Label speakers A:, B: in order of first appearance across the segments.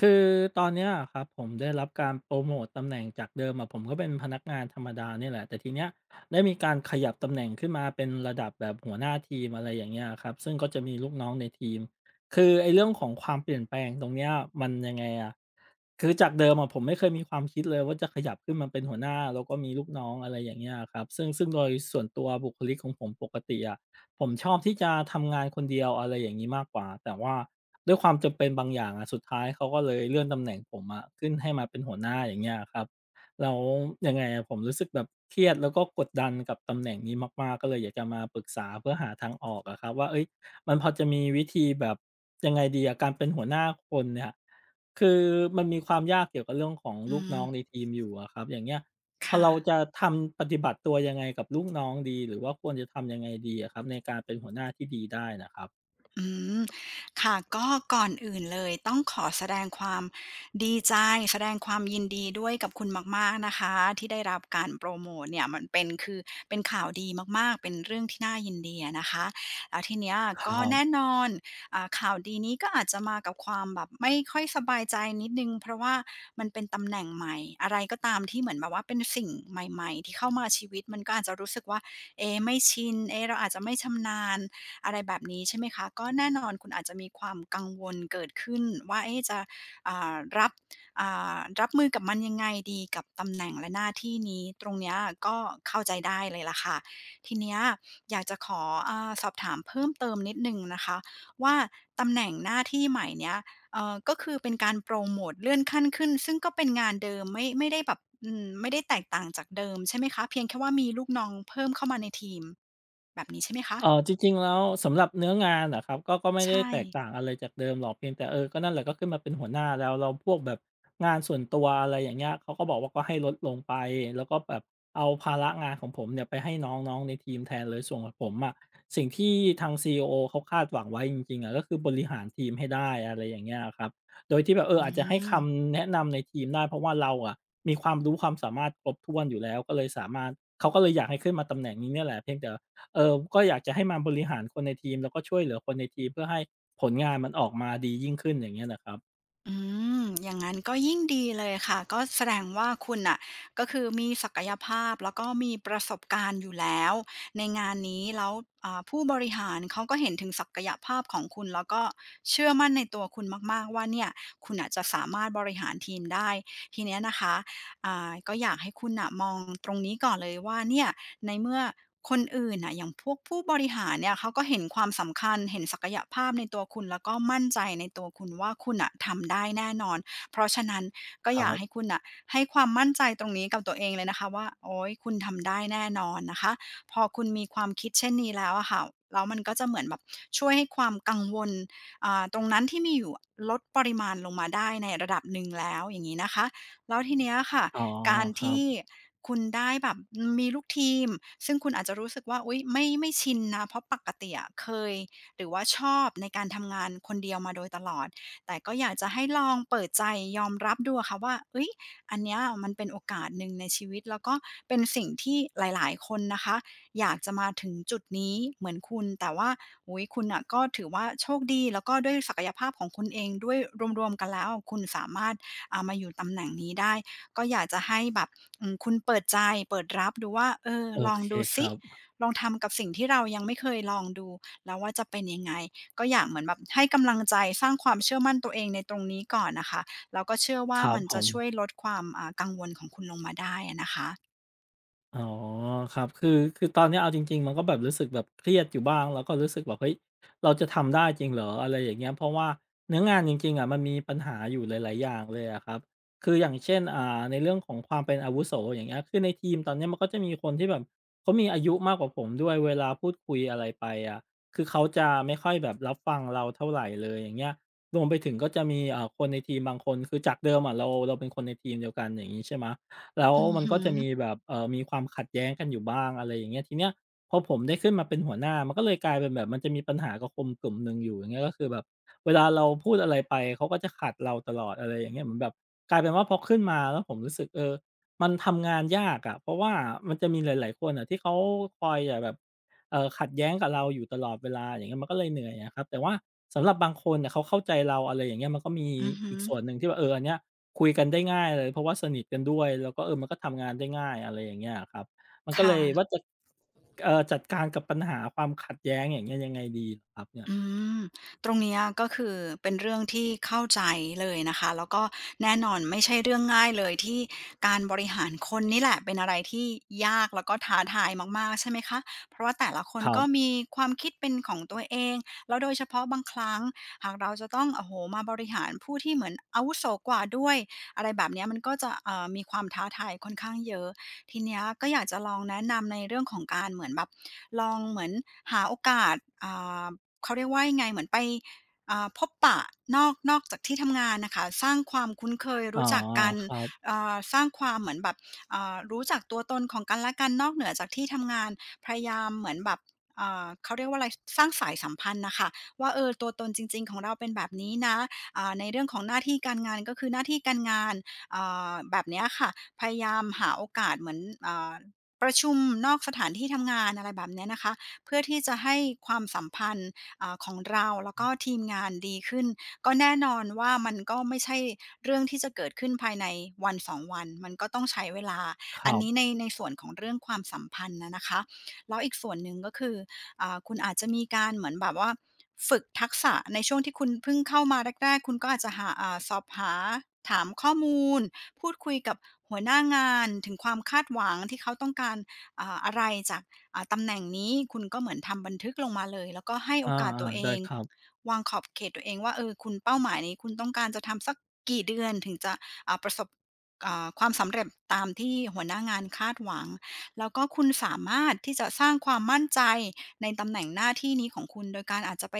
A: คือตอนเนี้ยอะครับผมได้รับการโปรโมตตำแหน่งจากเดิมอะผมก็เป็นพนักงานธรรมดาเนี่ยแหละแต่ทีเนี้ยได้มีการขยับตำแหน่งขึ้นมาเป็นระดับแบบหัวหน้าทีมอะไรอย่างเงี้ยครับซึ่งก็จะมีลูกน้องในทีมคือไอ้เรื่องของความเปลี่ยนแปลงตรงเนี้ยมันยังไงอะคือจากเดิมอะผมไม่เคยมีความคิดเลยว่าจะขยับขึ้นมาเป็นหัวหน้าแล้วก็มีลูกน้องอะไรอย่างเงี้ยครับซึ่งโดยส่วนตัวบุคลิกของผมปกติอะ ผมชอบที่จะทำงานคนเดียวอะไรอย่างงี้มากกว่า แต่ว่าด้วยความจำเป็นบางอย่างอะสุดท้ายเขาก็เลยเลื่อนตำแหน่งผมอะขึ้นให้มาเป็นหัวหน้าอย่างเงี้ยอะครับแล้วยังไงอะผมรู้สึกแบบเครียดแล้วก็กดดันกับตำแหน่งนี้มากๆก็เลยอยากจะมาปรึกษาเพื่อหาทางออกอะครับว่าเฮ้ยมันพอจะมีวิธีแบบยังไงดีอะการเป็นหัวหน้าคนเนี่ยคือมันมีความยากเกี่ยวกับเรื่องของ
B: อื
A: ลูก
B: ม
A: น้องในทีมอยู่อะครับอย่างเงี้ย พอเรา
B: ค่ะ
A: จะทำปฏิบัติตัวยังไงกับลูกน้องดีหรือว่าควรจะทำยังไงดีอะครับในการเป็นหัวหน้าที่ดีได้นะครับ
B: อืมค่ะก็ก่อนอื่นเลยต้องขอแสดงความดีใจแสดงความยินดีด้วยกับคุณมากๆนะคะที่ได้รับการโปรโมตเนี่ยมันเป็นคือเป็นข่าวดีมากๆเป็นเรื่องที่น่ายินดีอะนะคะแล้วทีเนี้ย
A: ครั
B: ก็แน่
A: บ
B: นอนข่าวดีนี้ก็อาจจะมากับความแบบไม่ค่อยสบายใจนิดหนึ่งเพราะว่ามันเป็นตำแหน่งใหม่อะไรก็ตามที่เหมือนแบบว่าเป็นสิ่งใหม่ๆที่เข้ามาชีวิตมันก็อาจจะรู้สึกว่าเอ๊ไม่ชินเอ๊เราอาจจะไม่ชำนาญ อะไรแบบนี้ใช่ไหมคะก็แน่นอนคุณอาจจะมีความกังวลเกิดขึ้นว่าเอ๊ะจะอ่ารับอ่รับมือกับมันยังไงดีกับตำแหน่งและหน้าที่นี้ตรงเนี้ยก็เข้าใจได้เลยล่ะค่ะทีเนี้ยอยากจะขอสอบถามเพิ่มเติมนิดหนึ่งนะคะว่าตำแหน่งหน้าที่ใหม่เนี้ยก็คือเป็นการโปรโมทเลื่อนขั้นขึ้นซึ่งก็เป็นงานเดิมไม่ได้แบบไม่ได้แตกต่างจากเดิมใช่ไหมคะเพียงแค่ว่ามีลูกน้องเพิ่มเข้ามาในทีมแบบนี้ใช่ไหม
A: เออ
B: คะ
A: จริงๆแล้วสำหรับเนื้องานนะครับก็ไม่
B: ใช
A: ได้
B: ่
A: แตกต่างอะไรจากเดิมหรอกเพียงแต่ก็นั่นแหละก็ขึ้นมาเป็นหัวหน้าแล้วเราพวกแบบงานส่วนตัวอะไรอย่างเงี้ยเขาก็บอกว่าก็ให้ลดลงไปแล้วก็แบบเอาภาระงานของผมเนี่ยไปให้น้องๆในทีมแทนเลยส่วนของผมอะสิ่งที่ทางซีอีโอเขาคาดหวังไว้จริงๆอะก็คือบริหารทีมให้ได้อะไรอย่างเงี้ยครับโดยที่แบบ
B: อื
A: อาจจะให้ค
B: ม
A: ำแนะนำในทีมได้เพราะว่าเราอะมีความรู้ความสามารถครบถ้วนอยู่แล้วก็เลยสามารถเขาก็เลยอยากให้ขึ้นมาตำแหน่งนี้เนี่ยแหละเพียงแต่ ก็อยากจะให้มาบริหารคนในทีมแล้วก็ช่วยเหลือคนในทีมเพื่อให้ผลงานมันออกมาดียิ่งขึ้นอย่างเงี้ยเหรอครับ
B: อืมอย่างนั้นก็ยิ่งดีเลยค่ะก็แสดงว่าคุณน่ะก็คือมีศักยภาพแล้วก็มีประสบการณ์อยู่แล้วในงานนี้แล้วผู้บริหารเขาก็เห็นถึงศักยภาพของคุณแล้วก็เชื่อมั่นในตัวคุณมากๆว่าเนี่ยคุณน่ะจะสามารถบริหารทีมได้ทีเนี้ยนะคะก็อยากให้คุณน่ะมองตรงนี้ก่อนเลยว่าเนี่ย ในเมื่อคนอื่นน่ะอย่างพวกผู้บริหารเนี่ยเขาก็เห็นความสำคัญเห็นศักยภาพในตัวคุณแล้วก็มั่นใจในตัวคุณว่าคุณน่ะทำได้แน่นอนเพราะฉะนั้นก็
A: ค
B: อ
A: รั
B: ยาก
A: บ
B: ให้คุณน่ะให้ความมั่นใจตรงนี้กับตัวเองเลยนะคะว่าโอ๊ยคุณทำได้แน่นอนนะคะพอคุณมีความคิดเช่นนี้แล้วอะค่ะแล้วมันก็จะเหมือนแบบช่วยให้ความกังวลตรงนั้นที่มีอยู่ลดปริมาณลงมาได้ในระดับหนึ่งแล้วอย่างงี้นะคะแล้วทีเนี้ยค่ะ
A: อ๋อ
B: การ
A: ครั
B: ที่
A: บ
B: คุณได้แบบมีลูกทีมซึ่งคุณอาจจะรู้สึกว่าอุ๊ยไม่ชินนะเพราะปกติอะเคยหรือว่าชอบในการทำงานคนเดียวมาโดยตลอดแต่ก็อยากจะให้ลองเปิดใจยอมรับดูอะค่ะว่าเฮ้ยอันเนี้ยมันเป็นโอกาสหนึ่งในชีวิตแล้วก็เป็นสิ่งที่หลายๆคนนะคะอยากจะมาถึงจุดนี้เหมือนคุณแต่ว่าโอ้โฮคุณน่ะก็ถือว่าโชคดีแล้วก็ด้วยศักยภาพของคุณเองด้วยรวมๆกันแล้วคุณสามารถมาอยู่ตำแหน่งนี้ได้ ก็อยากจะให้แบบคุณเปิดใจเปิดรับดูว่าเออ
A: โอ
B: ลอง
A: เค
B: ดู
A: ค
B: สิ
A: รับ
B: ลองทำกับสิ่งที่เรายังไม่เคยลองดูแล้วว่าจะเป็นยังไงก็อยากเหมือนแบบให้กำลังใจสร้างความเชื่อมั่นตัวเองในตรงนี้ก่อนน่ะค่ะแล้วก็เชื่อว่า
A: ครับ
B: มัน
A: ผ
B: จะช่วย
A: ม
B: ลดความกังวลของคุณลงมาได้อะนะคะ
A: อ๋อครับคือตอนเนี้ยเอาจริงๆมันก็แบบรู้สึกแบบเครียดอยู่บ้างแล้วก็รู้สึกแบบเฮ้ยเราจะทำได้จริงเหรออะไรอย่างเงี้ยเพราะว่าเนื้องานจริงๆอะมันมีปัญหาอยู่หลายๆอย่างเลยอะครับคืออย่างเช่นในเรื่องของความเป็นอาวุโสอย่างเงี้ยคือในทีมตอนเนี้ยมันก็จะมีคนที่แบบเขามีอายุมากกว่าผมด้วยเวลาพูดคุยอะไรไปอะคือเขาจะไม่ค่อยแบบรับฟังเราเท่าไหรเลยอย่างเงี้ยรวมไปถึงก็จะมีคนในทีมบางคนคือจากเดิมอะเราเป็นคนในทีมเดียวกันอย่างงี้ใช่ไหม แล้ว
B: อือ
A: มัน
B: ฮึ
A: ก็จะมีแบบมีความขัดแย้งกันอยู่บ้างอะไรอย่างเงี้ยทีเนี้ยพอผมได้ขึ้นมาเป็นหัวหน้ามันก็เลยกลายเป็นแบบมันจะมีปัญหากับคนกลุ่มหนึ่งอยู่อย่างเงี้ยก็คือแบบเวลาเราพูดอะไรไปเขาก็จะขัดเราตลอดอะไรอย่างเงี้ยเหมือนแบบกลายเป็นว่าพอขึ้นมาแล้วผมรู้สึกเออมันทำงานยากอะเพราะว่ามันจะมีหลายๆคนอะที่เขาคอยจะแบบขัดแย้งกับเราอยู่ตลอดเวลาอย่างเงี้ยมันก็เลยเหนื่อยอะครับแต่ว่าสำหรับบางคนน่ะเขาเข้าใจเราอะไรอย่างเงี้ยมันก็มี
B: อือฮึ
A: อีกส่วนหนึ่งที่ว่าเอออันเนี้ย คุยกันได้ง่ายเลยเพราะว่าสนิทกันด้วยแล้วก็เออมันก็ทำงานได้ง่ายอะไรอย่างเงี้ยอะครับมันก็เลยว่า
B: ค่ะ
A: จะจัดการกับปัญหาความขัดแย้งอย่างเงี้ยยังไงดีเหรอครับเนี่ย
B: อืมตรงเนี้ยก็คือเป็นเรื่องที่เข้าใจเลยนะคะแล้วก็แน่นอนไม่ใช่เรื่องง่ายเลยที่การบริหารคนนี่แหละเป็นอะไรที่ยากแล้วก็ท้าทายมากๆใช่ไหมคะเพราะว่าแต่ละคน
A: ครั
B: ก็
A: บ
B: มีความคิดเป็นของตัวเองแล้วโดยเฉพาะบางครั้งหากเราจะต้องโอ้โหมาบริหารผู้ที่เหมือนอาวุโสกว่าด้วยอะไรแบบเนี้ยมันก็จะมีความท้าทายค่อนข้างเยอะทีเนี้ยก็อยากจะลองแนะนำในเรื่องของการเหมือนแบบลองเหมือนหาโอกาสอ่า เขาเรียกว่ายังไงเหมือนไปพบปะนอกจากที่ทำงานนะคะสร้างความคุ้นเคย
A: อ๋อ
B: รู้จักกัน
A: ครับ
B: สร้างความเหมือนแบบรู้จักตัวตนของกันและกันนอกเหนือจากที่ทำงานพยายามเหมือนแบบเขาเรียกว่าอะไรสร้างสายสัมพันธ์นะคะว่าเออตัวตนจริงๆของเราเป็นแบบนี้นะในเรื่องของหน้าที่การงานก็คือหน้าที่การงานอ่แบบเนี้ยค่ะพยายามหาโอกาสเหมือนอ่าประชุมนอกสถานที่ทำงานอะไรแบบเนี้ยนะคะเพื่อที่จะให้ความสัมพันธ์ ของเราแล้วก็ทีมงานดีขึ้นก็แน่นอนว่ามันก็ไม่ใช่เรื่องที่จะเกิดขึ้นภายในวันสอ2วันมันก็ต้องใช้เวลา
A: ค
B: อัน
A: รับ
B: นี้ในส่วนของเรื่องความสัมพันธ์นะคะแล้วอีกส่วนหนึ่งก็คืออาคุณอาจจะมีการเหมือนแบบว่าฝึกทักษะในช่วงที่คุณเพิ่งเข้ามาแรกๆคุณก็อาจจะหาอาสอบหาถามข้อมูลพูดคุยกับหัวหน้างานถึงความคาดหวังที่เขาต้องการอาอะไรจาก ตำแหน่งนี้คุณก็เหมือนทำบันทึกลงมาเลยแล้วก็ให้โอ
A: อา
B: กาสตัวเอ
A: ๆได้
B: ง
A: ครับ
B: วางขอบเขตตัวเองว่าเออคุณเป้าหมายนี้คุณต้องการจะทำสักกี่เดือนถึงจะประสบความสำเร็จตามที่หัวหน้างานคาดหวังแล้วก็คุณสามารถที่จะสร้างความมั่นใจในตำแหน่งหน้าที่นี้ของคุณโดยการอาจจะไป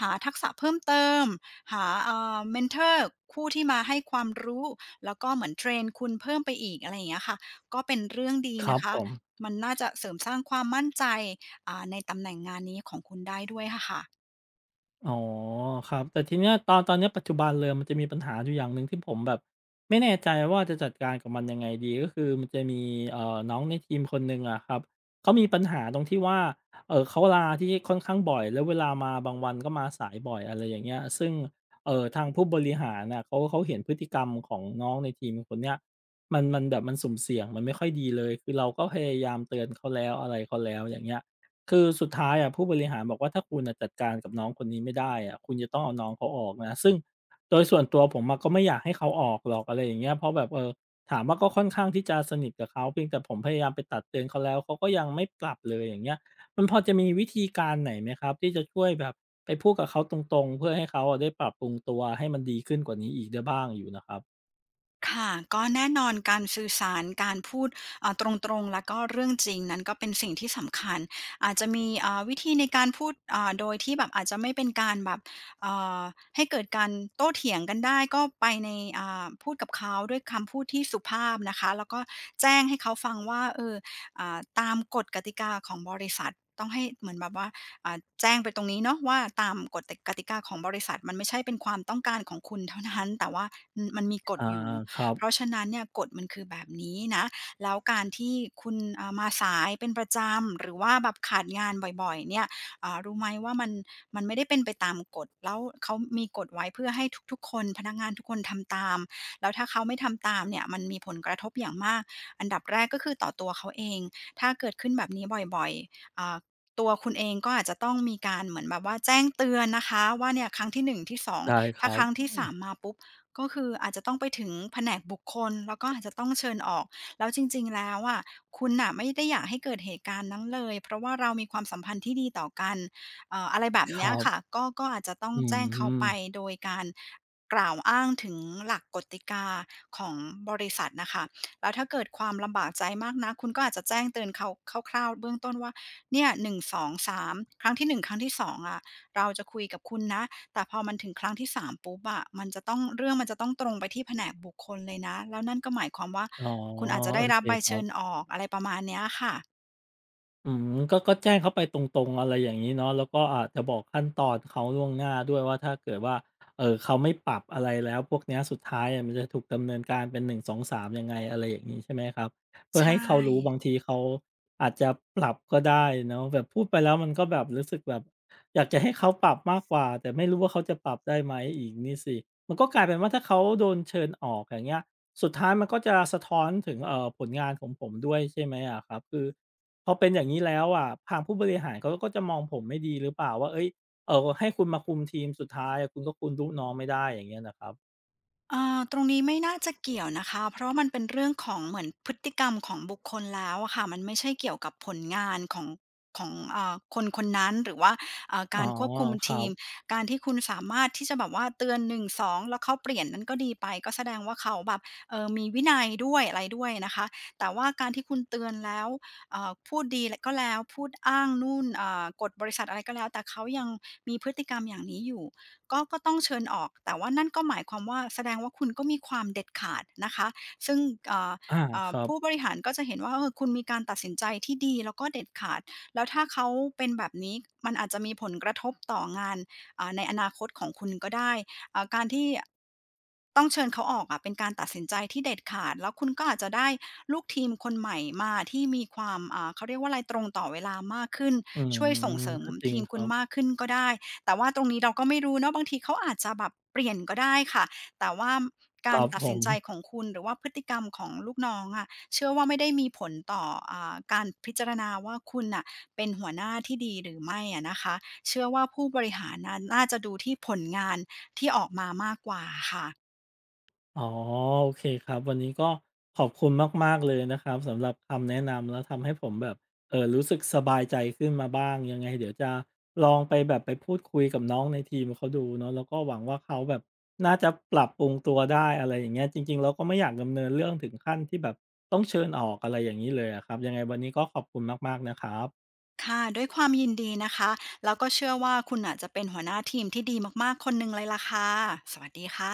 B: หาทักษะเพิ่มเติมหาเมนเทอร์คู่ที่มาให้ความรู้แล้วก็เหมือนเทรนคุณเพิ่มไปอีกอะไรอย่างเงี้ยค่ะก็เป็นเรื่องดี
A: ครั
B: นะ
A: บผ
B: คะ
A: ม
B: มันน่าจะเสริมสร้างความมั่นใจในตำแหน่งงานนี้ของคุณได้ด้วยะค่ะ
A: อ๋อครับแต่ทีเนี้ยตอนเนี้ยปัจจุบันเลยมันจะมีปัญหาอยู่อย่างหนึ่งที่ผมแบบไม่แน่ใจว่าจะจัดการกับมันยังไงดีก็คือมันจะมีน้องในทีมคนหนึ่งอะครับเขามีปัญหาตรงที่ว่าเออเขาลาที่ค่อนข้างบ่อยแล้วเวลามาบางวันก็มาสายบ่อยอะไรอย่างเงี้ยซึ่งเออทางผู้บริหารน่ะเขาเห็นพฤติกรรมของน้องในทีมคนเนี้ยมันแบบมันสุ่มเสี่ยงมันไม่ค่อยดีเลยคือเราก็พยายามเตือนเขาแล้วอะไรเขาแล้วอย่างเงี้ย คือสุดท้ายอะผู้บริหารบอกว่าถ้าคุณน่ะจัดการกับน้องคนนี้ไม่ได้อะคุณจะต้องเอาน้องเขาออกนะซึ่งโดยส่วนตัวผมอะก็ไม่อยากให้เขาออกหรอกอะไรอย่างเงี้ยเพราะแบบถามว่าก็ค่อนข้างที่จะสนิทกับเขาเพียงแต่ผมพยายามไปตักเตือนเขาแล้วเขาก็ยังไม่ปรับเลยอย่างเงี้ยมันพอจะมีวิธีการไหนไหมครับที่จะช่วยแบบไปพูดกับเขาตรงๆเพื่อให้เขาอะได้ปรับปรุงตัวให้มันดีขึ้นกว่านี้อีกได้บ้างอยู่นะครับ
B: ค่ะก็แน่นอนการสื่อสารการพูดเอ่อตรงๆแล้วก็เรื่องจริงนั้นก็เป็นสิ่งที่สำคัญอาจจะมีวิธีในการพูดโดยที่แบบอาจจะไม่เป็นการแบบเอ่อให้เกิดการโต้เถียงกันได้ก็ไปในพูดกับเขาด้วยคำพูดที่สุภาพนะคะแล้วก็แจ้งให้เขาฟังว่าเออตามกฎกติกาของบริษัทต้องให้เหมือนแบบว่าแจ้งไปตรงนี้เนาะว่าตามกฎติกติกาของบริษัทมันไม่ใช่เป็นความต้องการของคุณเท่านั้นแต่ว่ามันมีกฎ
A: อา
B: อยู่
A: ครับ
B: เพราะฉะนั้นเนี่ยกฎมันคือแบบนี้นะแล้วการที่คุณมาสายเป็นประจำหรือว่าแบบขาดงานบ่อยๆเนี่ยรู้ไหมว่ามันไม่ได้เป็นไปตามกฎแล้วเขามีกฎไว้เพื่อให้ทุกๆคนพนักงานทุกคนทำตามแล้วถ้าเขาไม่ทำตามเนี่ยมันมีผลกระทบอย่างมากอันดับแรกก็คือต่อตัวเขาเองถ้าเกิดขึ้นแบบนี้บ่อยๆตัวคุณเองก็อาจจะต้องมีการเหมือนแบบว่าแจ้งเตือนนะคะว่าเนี่ยครั้งที่หนึ่งที่สอง
A: ได้ค
B: ถ้า
A: รั
B: ค
A: บ
B: รั้งที่สามมาปุ๊บ ก็คืออาจจะต้องไปถึงแผนกบุคคลแล้วก็อาจจะต้องเชิญออกแล้วจริงๆแล้วอะคุณน่ะไม่ได้อยากให้เกิดเหตุการณ์นั้นเลยเพราะว่าเรามีความสัมพันธ์ที่ดีต่อกันอะไรแบบ
A: ค
B: เนี้ย
A: รั
B: ค่ะ
A: บ
B: ก็อาจจะต้อง
A: อื
B: แจ้งเขา
A: ม
B: ไปโดยการกล่าวอ้างถึงหลักกติกาของบริษัทน่ะค่ะแล้วถ้าเกิดความลำบากใจมากนักคุณก็อาจจะแจ้งเตือนเขาคร่าวๆเบื้องต้นว่าเนี่ยหนึ่งสองสามครั้งที่1ครั้งที่2องอะเราจะคุยกับคุณนะ แต่พอมันถึงครั้งที่3ปุ๊บอะมันจะต้องเรื่องมันจะต้องตรงไปที่แผนกบุคคลเลยนะ แล้วนั่นก็หมายความว่า
A: อ๋อ
B: คุณอาจจะ
A: โอ
B: ได้รั
A: เค
B: บใบ
A: ครั
B: เชิญ
A: บ
B: ออกอะไรประมาณเนี้ยค่ะ
A: อืมก็แจ้งเขาไปตรงๆอะไรอย่างงี้เนาะแล้วก็อาจจะบอกขั้นตอนเขาล่วงหน้าด้วยว่าถ้าเกิดว่าเขาไม่ปรับอะไรแล้วพวกเนี้ยสุดท้ายอะมันจะถูกดำเนินการเป็นหนึ่งสองสามยังไงอะไรอย่างงี้ใช่ไหมครับเพื่
B: ใช
A: อให้เขารู้บาง
B: ่
A: ทีเขาอาจจะปรับก็ได้เนาะแบบพูดไปแล้วมันก็แบบรู้สึกแบบอยากจะให้เขาปรับมากกว่าแต่ไม่รู้ว่าเขาจะปรับได้ไหมอีกนี่สิมันก็กลายเป็นว่าถ้าเขาโดนเชิญออกอย่างเงี้ยสุดท้ายมันก็จะสะท้อนถึงผลงานของผมด้วยใช่ไหมอะครับคือ พอเป็นอย่างนี้แล้วอะทางผู้บริหารเขาก็จะมองผมไม่ดีหรือเปล่าว่าเอ้ยเออให้คุณมาคุมทีมสุดท้ายอะคุณก็คุมลูกน้องไม่ได้อย่างเงี้ยนะครับ
B: ตรงนี้ไม่น่าจะเกี่ยวนะคะ เพราะว่ามันเป็นเรื่องของเหมือนพฤติกรรมของบุคคลแล้วอะค่ะมันไม่ใช่เกี่ยวกับผลงานของคนคนนั้นหรือว่า
A: อ๋อ
B: การควบคุม
A: ครั
B: ที
A: บ
B: มการที่คุณสามารถที่จะแบบว่าเตือน1 2แล้วเขาเปลี่ยนนั้นก็ดีไปก็แสดงว่าเขาแบบเออมีวินัยด้วยอะไรด้วยนะคะแต่ว่าการที่คุณเตือนแล้วพูดดีก็แล้วพูดอ้างนู่นกฎบริษัทอะไรก็แล้วแต่เขายังมีพฤติกรรมอย่างนี้อยู่ ก็ต้องเชิญออก แต่ว่านั่นก็หมายความว่าแสดงว่าคุณก็มีความเด็ดขาดนะคะซึ่งเอ่อ
A: อาครั
B: ผู้บ
A: บ
B: ริหารก็จะเห็นว่าเออคุณมีการตัดสินใจที่ดีแล้วก็เด็ดขาด แล้วถ้าเขาเป็นแบบนี้มันอาจจะมีผลกระทบต่องานในอนาคตของคุณก็ได้การที่ต้องเชิญเขาออกอะเป็นการตัดสินใจที่เด็ดขาด แล้วคุณก็อาจจะได้ลูกทีมคนใหม่มาที่มีความอ่าเขาเรียกว่าอะไรตรงต่อเวลามากขึ้น
A: อื
B: ช่วยส่ง
A: ม
B: เสริม
A: ก็จริง
B: ทีม
A: ค
B: คุ
A: รั
B: ณ
A: บ
B: มากขึ้นก็ได้ แต่ว่าตรงนี้เราก็ไม่รู้เนาะบางทีเขาอาจจะแบบเปลี่ยนก็ได้ค่ะแต่ว่า
A: ค
B: การ
A: รับ
B: ตัด
A: ผ
B: สิน
A: ม
B: ใจของคุณหรือว่าพฤติกรรมของลูกน้องอะเชื่อว่าไม่ได้มีผลต่ออาการพิจารณาว่าคุณน่ะเป็นหัวหน้าที่ดีหรือไม่อะนะคะเชื่อว่าผู้บริหารน่ะน่าจะดูที่ผลงานที่ออกมามากกว่าค่ะ
A: อ๋อโอเคครับวันนี้ก็ขอบคุณมากๆเลยนะครับสำหรับคำแนะนำแล้วทำให้ผมแบบรู้สึกสบายใจขึ้นมาบ้างยังไงเดี๋ยวจะลองไปแบบไปพูดคุยกับน้องในทีมเขาดูเนาะแล้วก็หวังว่าเขาแบบน่าจะปรับปรุงตัวได้อะไรอย่างเงี้ยจริงๆเราก็ไม่อยากดำเนินเรื่องถึงขั้นที่แบบต้องเชิญออกอะไรอย่างงี้เลยอะครับยังไงวันนี้ก็ขอบคุณมากๆนะครับ
B: ค่ะด้วยความยินดีนะคะแล้วก็เชื่อว่าคุณอ่ะจะเป็นหัวหน้าทีมที่ดีมากๆคนหนึ่งเลยล่ะค่ะสวัสดีค่ะ